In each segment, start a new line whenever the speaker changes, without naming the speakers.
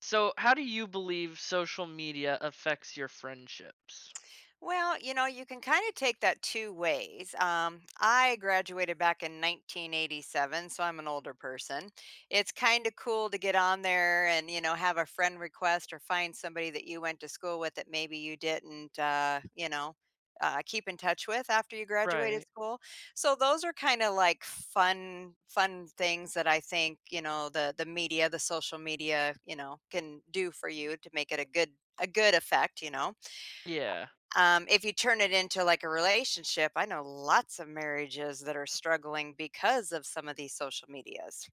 So, how do you believe social media affects your friendships?
Well, you know, you can kind of take that two ways. I graduated back in 1987, so I'm an older person. It's kind of cool to get on there and, you know, have a friend request or find somebody that you went to school with that maybe you didn't, you know, keep in touch with after you graduated
Right.
school. So those are kind of like fun, fun things that I think, you know, the media, the social media, you know, can do for you to make it a good effect, you know.
Yeah.
If you turn it into like a relationship, I know lots of marriages that are struggling because of some of these social medias.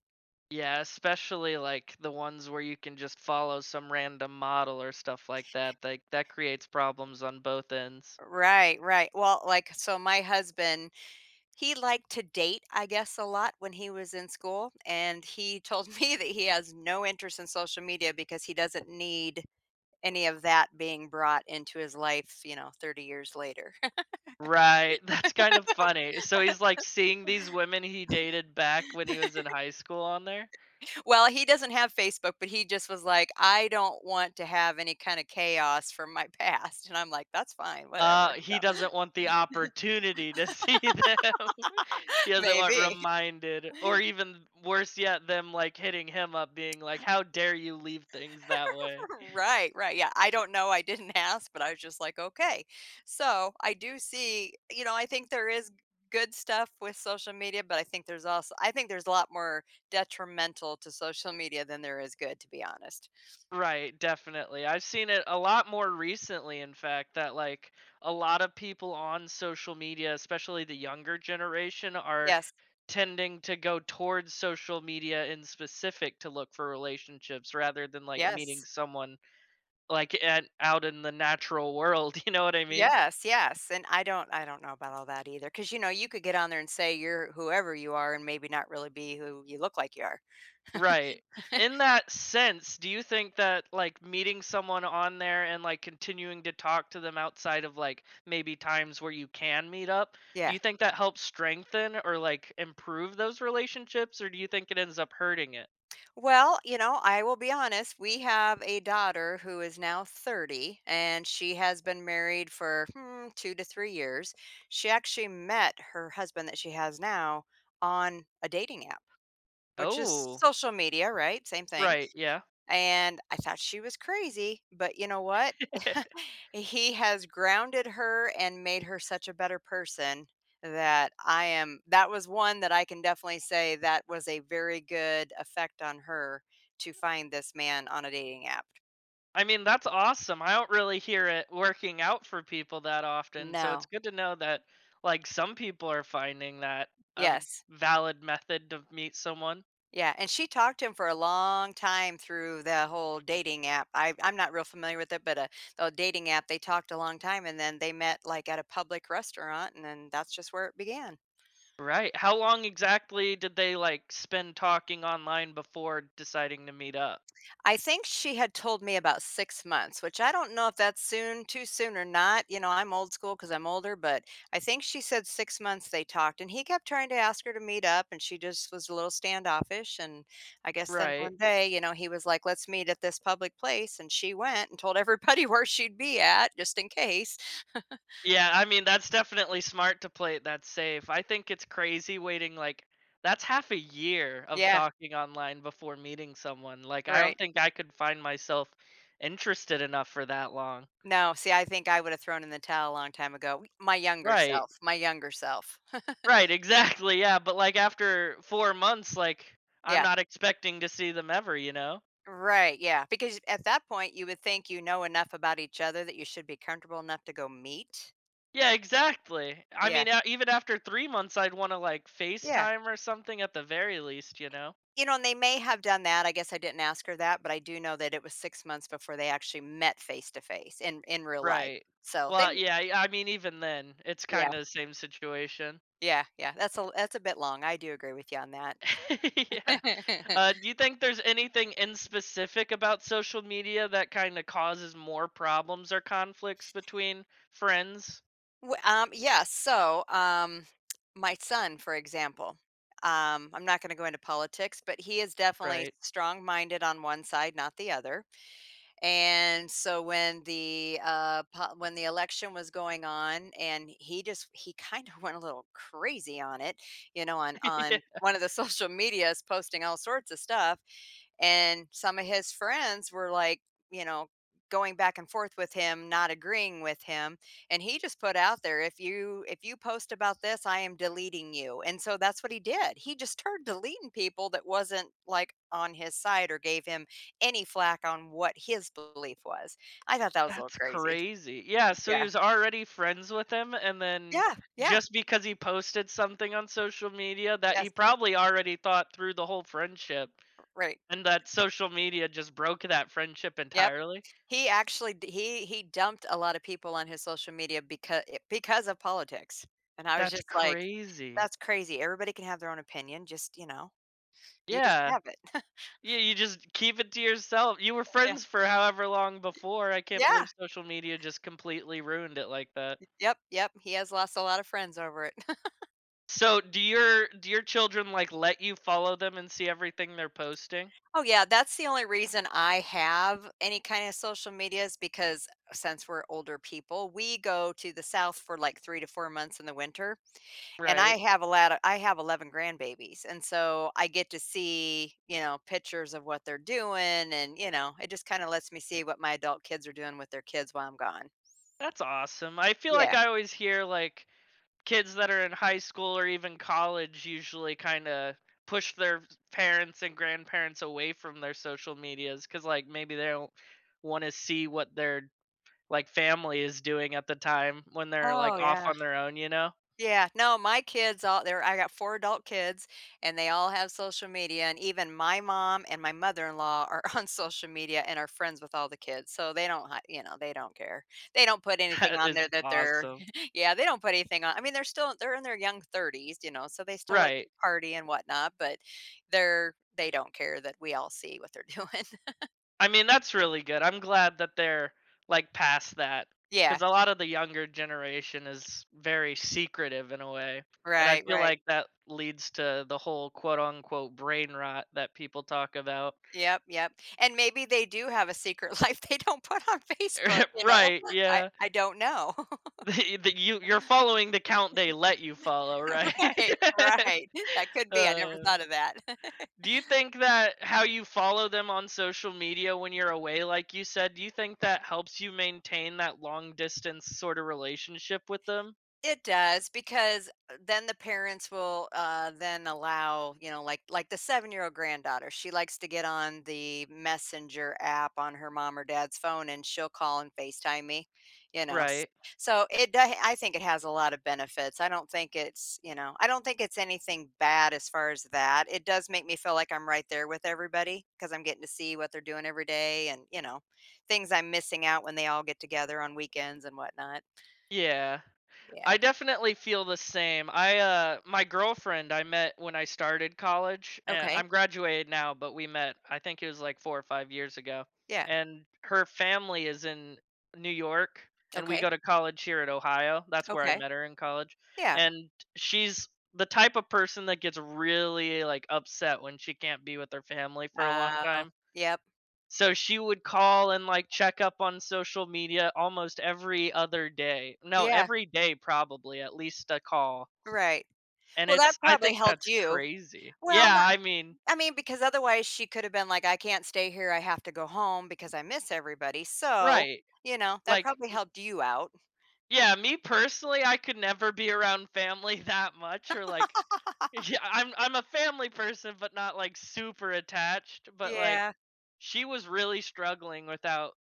Yeah, especially like the ones where you can just follow some random model or stuff like that. Like that creates problems on both ends.
Right, right. Well, like, so my husband, he liked to date, I guess, a lot when he was in school. And he told me that he has no interest in social media because he doesn't need any of that being brought into his life, you know, 30 years later.
Right. That's kind of funny. So he's like seeing these women he dated back when he was in high school on there?
Well, he doesn't have Facebook, but he just was like, "I don't want to have any kind of chaos from my past," and I'm like, "That's fine, whatever."
He
So,
doesn't want the opportunity to see them. He doesn't want
maybe.
reminded, or even worse yet, them like hitting him up, being like, "How dare you leave things that way?"
Right, right, yeah, I don't know, I didn't ask, but I was just like, "Okay." So, I do see you know, I think there is good stuff with social media, but I think there's also I think there's a lot more detrimental to social media than there is good, to be honest.
Right, definitely. I've seen it a lot more recently, in fact, that like a lot of people on social media, especially the younger generation, are
Yes,
tending to go towards social media in specific to look for relationships rather than like meeting
yes.
someone like at, out in the natural world. You know what I mean?
Yes, yes, and I don't know about all that either, because you know, you could get on there and say you're whoever you are and maybe not really be who you look like you are.
Right. In that sense, do you think that like meeting someone on there and like continuing to talk to them outside of like maybe times where you can meet up, do
Yeah.
you think that helps strengthen or like improve those relationships, or do you think it ends up hurting it?
Well, you know, I will be honest, we have a daughter who is now 30, and she has been married for, 2 to 3 years. She actually met her husband that she has now on a dating app, which is
Oh.
social media, right? Same thing.
Right, yeah.
And I thought she was crazy, but you know what? He has grounded her and made her such a better person that I am that was one that I can definitely say that was a very good effect on her to find this man on a dating app.
I mean, that's awesome. I don't really hear it working out for people that often, so it's
No.
good to know that like some people are finding that a
Yes.
valid method to meet someone.
Yeah, and she talked to him for a long time through the whole dating app. I'm not real familiar with it, but, the dating app, they talked a long time, and then they met, like, at a public restaurant, and then that's just where it began.
Right. How long exactly did they like spend talking online before deciding to meet up?
I think she had told me about 6 months, which I don't know if that's soon too soon or not, you know, I'm old school because 'cause I'm older, but I think she said 6 months they talked, and he kept trying to ask her to meet up, and she just was a little standoffish, and I guess then
Right.
one day, you know, he was like, "Let's meet at this public place," and she went and told everybody where she'd be at just in case.
Yeah, I mean that's definitely smart to play it that safe. I think it's crazy waiting like that's half a year of
Yeah,
talking online before meeting someone. Like I don't
right.
think I could find myself interested enough for that long.
No, see, I think I would have thrown in the towel a long time ago.
Right.
My younger self.
Right, exactly, yeah, but, like, after 4 months, like, I'm
Yeah.
not expecting to see them ever, you know?
Right, yeah, because at that point, you would think you know enough about each other that you should be comfortable enough to go meet.
Yeah, exactly. I
Yeah,
mean, a even after 3 months, I'd wanna, like,
yeah.
FaceTime or something at the very least, you know?
You know, and they may have done that, I guess I didn't ask her that, but I do know that it was 6 months before they actually met face to face in real life.
Right.
So, they
Well, yeah, yeah, I mean, even then, it's
yeah,
kinda the same situation.
yeah, that's a bit long, I do agree with you on that.
Yeah. Do you think there's anything in specific about social media that kinda causes more problems or conflicts between friends?
W um, yeah, so, um, my son, for example, I'm not gonna go into politics, but he is definitely
Right.
strong-minded on one side, not the other. And so when the when the election was going on, and he kind of went a little crazy on it, you know, on
Yeah.
one of the social medias, posting all sorts of stuff. And some of his friends were like, you know, going back and forth with him, not agreeing with him. And he just put out there, if you post about this, I am deleting you. And so that's what he did. He just started deleting people that wasn't like on his side or gave him any flack on what his belief was. I thought that was a little
That's
crazy.
crazy. Yeah, so he
Yeah.
was already friends with him, and then
Yeah. Yeah.
just because he posted something on social media that he
Yes.
probably already thought through the whole friendship
Right.
and that social media just broke that friendship
Yep.
entirely.
He actually he dumped a lot of people on his social media because of politics. And I was
That's
just like,
crazy.
that's crazy. Everybody can have their own opinion, just, you know, you just
Yeah.
have it.
Yeah, you just keep it to yourself. You were
Yeah.
friends for however long before. I can't
Yeah.
believe social media just completely ruined it like that.
Yep, yep, he has lost a lot of friends over it.
So, do your children like let you follow them and see everything they're posting?
Oh, yeah, that's the only reason I have any kind of social media is because since we're older people, we go to the South for, like, 3 to 4 months in the winter, and
Right.
I have 11 grandbabies, and so I get to see, you know, pictures of what they're doing and, you know, it just kinda lets me see what my adult kids are doing with their kids while I'm gone.
That's awesome. I feel like
Yeah.
I always hear like kids that are in high school or even college usually kind of push their parents and grandparents away from their social medias cuz like maybe they don't want to see what their like family is doing at the time when they're
Oh,
like off
yeah.
on their own, you know?
Yeah, no, My kids all there I got 4 adult kids and they all have social media and even my mom and my mother-in-law are on social media and are friends with all the kids. So they don't hi you know, they don't care. They don't put anything
That
on
is
there that they're
awesome.
Yeah, they don't put anything on I mean, they're in their young 30s, you know, so they still like
Right.
to party and whatnot, but they don't care that we all see what they're doing.
I mean, that's really good. I'm glad that they're like past that because
Yeah,
a lot of the younger generation is very secretive in a way. And I
right,
feel
right.
like that leads to the whole quote unquote brain rot that people talk about.
Yep, yep, and maybe they do have a secret life they don't put on Facebook, you know?
Right.
I
Yeah.
I don't know.
You're following the count they let you follow, right?
Right, right. That could be, I never
uh,
thought of that.
Do you think that how you follow them on social media when you're away, like you said, do you think that helps you maintain that long distance sort of relationship with them?
It does because then the parents will then allow you know like the 7-year old granddaughter she likes to get on the messenger app on her mom or dad's phone and she'll call and FaceTime me, you know.
Right.
So I think it has a lot of benefits. I don't think it's you know I don't think it's anything bad as far as that. It does make me feel like I'm right there with everybody because I'm getting to see what they're doing every day and you know things I'm missing out when they all get together on weekends and whatnot.
Yeah. I
Yeah.
definitely feel the same. I my girlfriend I met when I started college. And
Okay.
I'm graduated now, but we met I think it was like 4 or 5 years ago.
Yeah.
And her family is in New York, and we
Okay,
go to college here at Ohio. That's where I
okay.
met her in college.
Yeah.
And she's the type of person that gets really like upset when she can't be with her family for a long
Oh,
time.
yep.
So she would call and, like, check up on social media almost every other day. No,
Yeah,
every day, probably at least a call,
right.
and
Well, that
it's I
probably
think
helped
that's
you.
crazy.
Well,
Yeah,
not
I mean
I mean, because otherwise she could have been like, "I can't stay here, I have to go home because I miss everybody." So,
right.
you know, that
Like,
probably
m
helped you out.
yeah, me personally, I could never be around family that much or, like, yeah, I'm a family person, but not, like, super attached, but, like,
Yeah,
she was really struggling without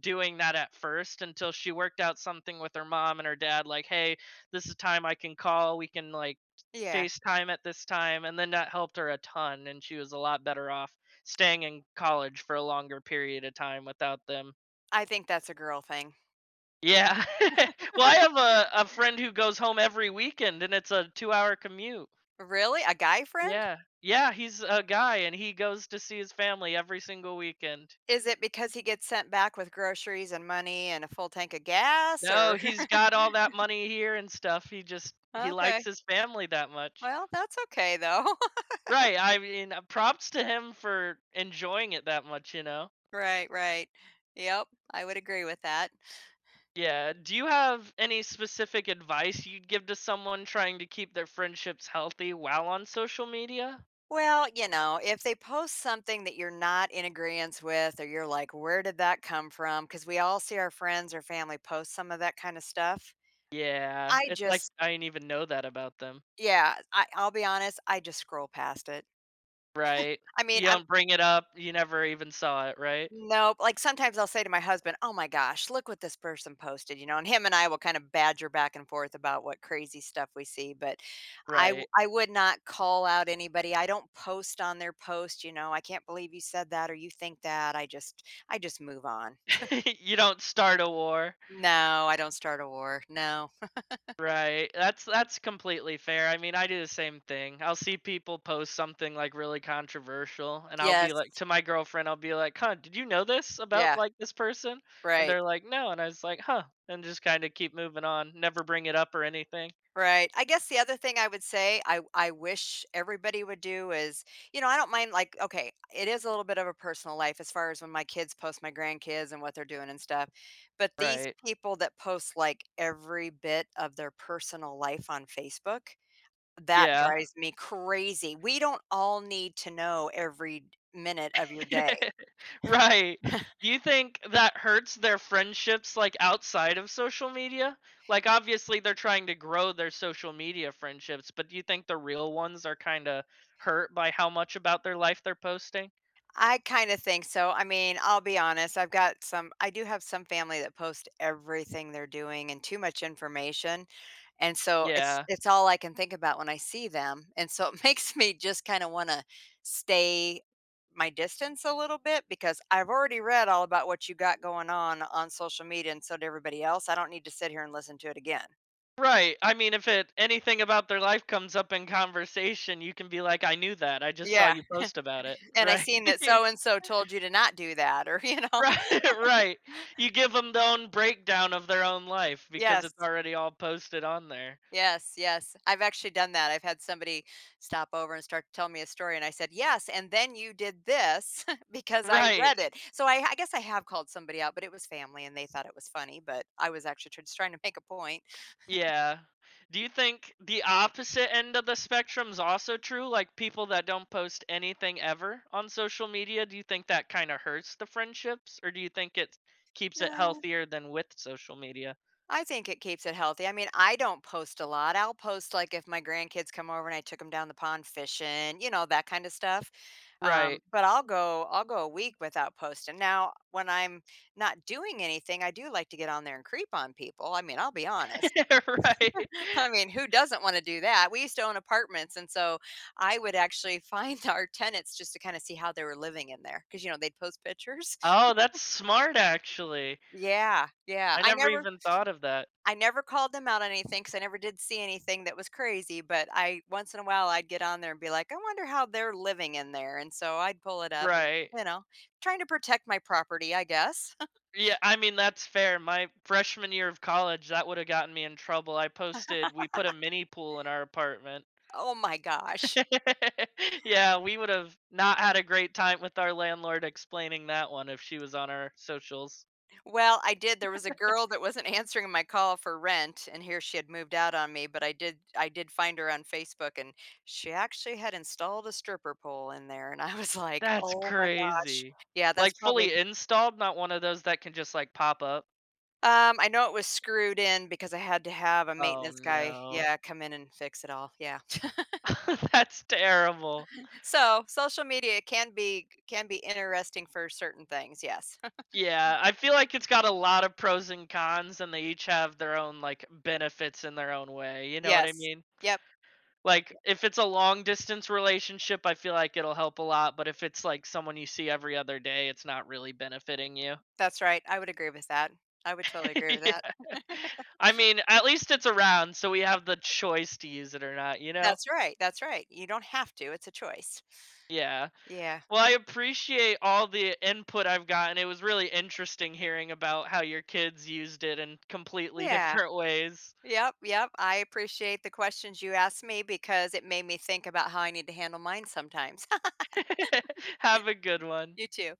doing that at first until she worked out something with her mom and her dad like, hey, this is time I can call, we can like
yeah.
FaceTime at this time, and then that helped her a ton and she was a lot better off staying in college for a longer period of time without them.
I think that's a girl thing.
Yeah. Well, I have a friend who goes home every weekend and it's a 2-hour commute.
Really? A guy friend?
Yeah. Yeah, he's a guy and he goes to see his family every single weekend.
Is it because he gets sent back with groceries and money and a full tank of gas
No,
or
he's got all that money here and stuff. He just he likes
okay.
his family that much.
Well, that's okay though.
Right. I mean, props to him for enjoying it that much, you know.
Right, right. Yep, I would agree with that.
Yeah, do you have any specific advice you'd give to someone trying to keep their friendships healthy while on social media?
Well, you know, if they post something that you're not in agreement with, or you're like, where did that come from? Because we all see our friends or family post some of that kind of stuff.
Yeah,
I
it's like
just,
I didn't even know that about them.
yeah, I'll be honest, I just scroll past it.
Right.
I mean,
You
I
don't bring it up, you never even saw it, right?
Nope, like, sometimes I'll say to my husband, "Oh my gosh, look what this person posted," you know, and him and I will kind of badger back and forth about what crazy stuff we see, but
Right.
I would not call out anybody, I don't post on their post, you know, "I can't believe you said that or you think that," I just move on.
You don't start a war.
No, I don't start a war, no.
Right. That's completely fair. I mean, I do the same thing. I'll see people post something like really controversial and I'll be
Yes,
like to my girlfriend, I'll be like, "Huh, did you know this about
yeah,
like this person?" And
right.
they're like, "No." And I was like, "Huh." And just kind of keep moving on, never bring it up or anything.
Right. I guess the other thing I would say I wish everybody would do is, you know, I don't mind like okay, it is a little bit of a personal life as far as when my kids post my grandkids and what they're doing and stuff. But these
Right.
people that post like every bit of their personal life on Facebook, that
Yeah.
drives me crazy. We don't all need to know every minute of your day.
Right. Do you think that hurts their friendships, like, outside of social media? Like, obviously, they're trying to grow their social media friendships, but do you think the real ones are kinda hurt by how much about their life they're posting?
I kinda think so. I mean, I'll be honest, I do have some family that post everything they're doing and too much information, and so it's
Yeah.
it's all I can think about when I see them, and so it makes me just kinda wanna stay my distance a little bit because I've already read all about what you got going on social media and so did everybody else. I don't need to sit here and listen to it again.
Right, I mean, if it anything about their life comes up in conversation, you can be like, "I knew that, I just saw
Yeah,
you post about it."
and I
Right.
seen that so and so told you to not do that or, you know?
Right, right. You give them the own breakdown of their own life because
Yes.
it's already all posted on there.
Yes, yes. I've actually done that. I've had somebody stop over and start to tell me a story, and I said, "Yes, and then you did this because I
Right.
read it." I guess I have called somebody out, but it was family, and they thought it was funny. But I was actually just trying to make a point.
Yeah. Do you think the opposite end of the spectrum is also true? Like people that don't post anything ever on social media, do you think that kind of hurts the friendships or do you think it keeps it healthier than with social media?
I think it keeps it healthy. I mean, I don't post a lot. I'll post like if my grandkids come over and I took them down the pond fishing, you know, that kind of stuff. Um,
Right.
but I'll go I'll go a week without posting. Now, when I'm not doing anything, I do like to get on there and creep on people. I mean, I'll be honest.
Right.
I mean, who doesn't want to do that? We used to own apartments and so I would actually find our tenants just to kind of see how they were living in there because you know, they'd post pictures.
Oh, that's smart actually.
Yeah, yeah.
I never even thought of that.
I never called them out on anything because I never did see anything that was crazy, but I once in a while, I'd get on there and be like, "I wonder how they're living in there," and so I'd pull it up and,
Right.
you know, trying to protect my property, I guess.
Yeah, I mean that's fair. My freshman year of college, that would have gotten me in trouble. I posted we put a mini pool in our apartment.
Oh my gosh.
Yeah, we would have not had a great time with our landlord explaining that one if she was on our socials.
Well, I did There was a girl that wasn't answering my call for rent, and here she had moved out on me, but I did find her on Facebook, and she actually had installed a stripper pole in there, and I was like,
That's
"Oh my gosh."
crazy.
Yeah, that's
Like
probably
fully installed, not one of those that can just like pop up.
I know it was screwed in because I had to have a
Oh
maintenance guy,
no.
yeah, come in and fix it all, yeah.
That's terrible.
So, social media can be interesting for certain things, yes.
Yeah, I feel like it's got a lot of pros and cons and they each have their own like benefits in their own way. You know what I
Yes.
mean?
Yep,
Like if it's a long distance relationship, I feel like it'll help a lot, but if it's like someone you see every other day, it's not really benefiting you.
that's right, I would agree with that. I would totally agree with that.
Yeah. I mean, at least it's around, so we have the choice to use it or not, you know?
That's right, you don't have to, it's a choice.
Yeah.
Yeah.
Well, I appreciate all the input I've gotten. It was really interesting hearing about how your kids used it in completely
Yeah.
different ways.
Yep, yep, I appreciate the questions you asked me because it made me think about how I need to handle mine sometimes.
Have a good one.
You too.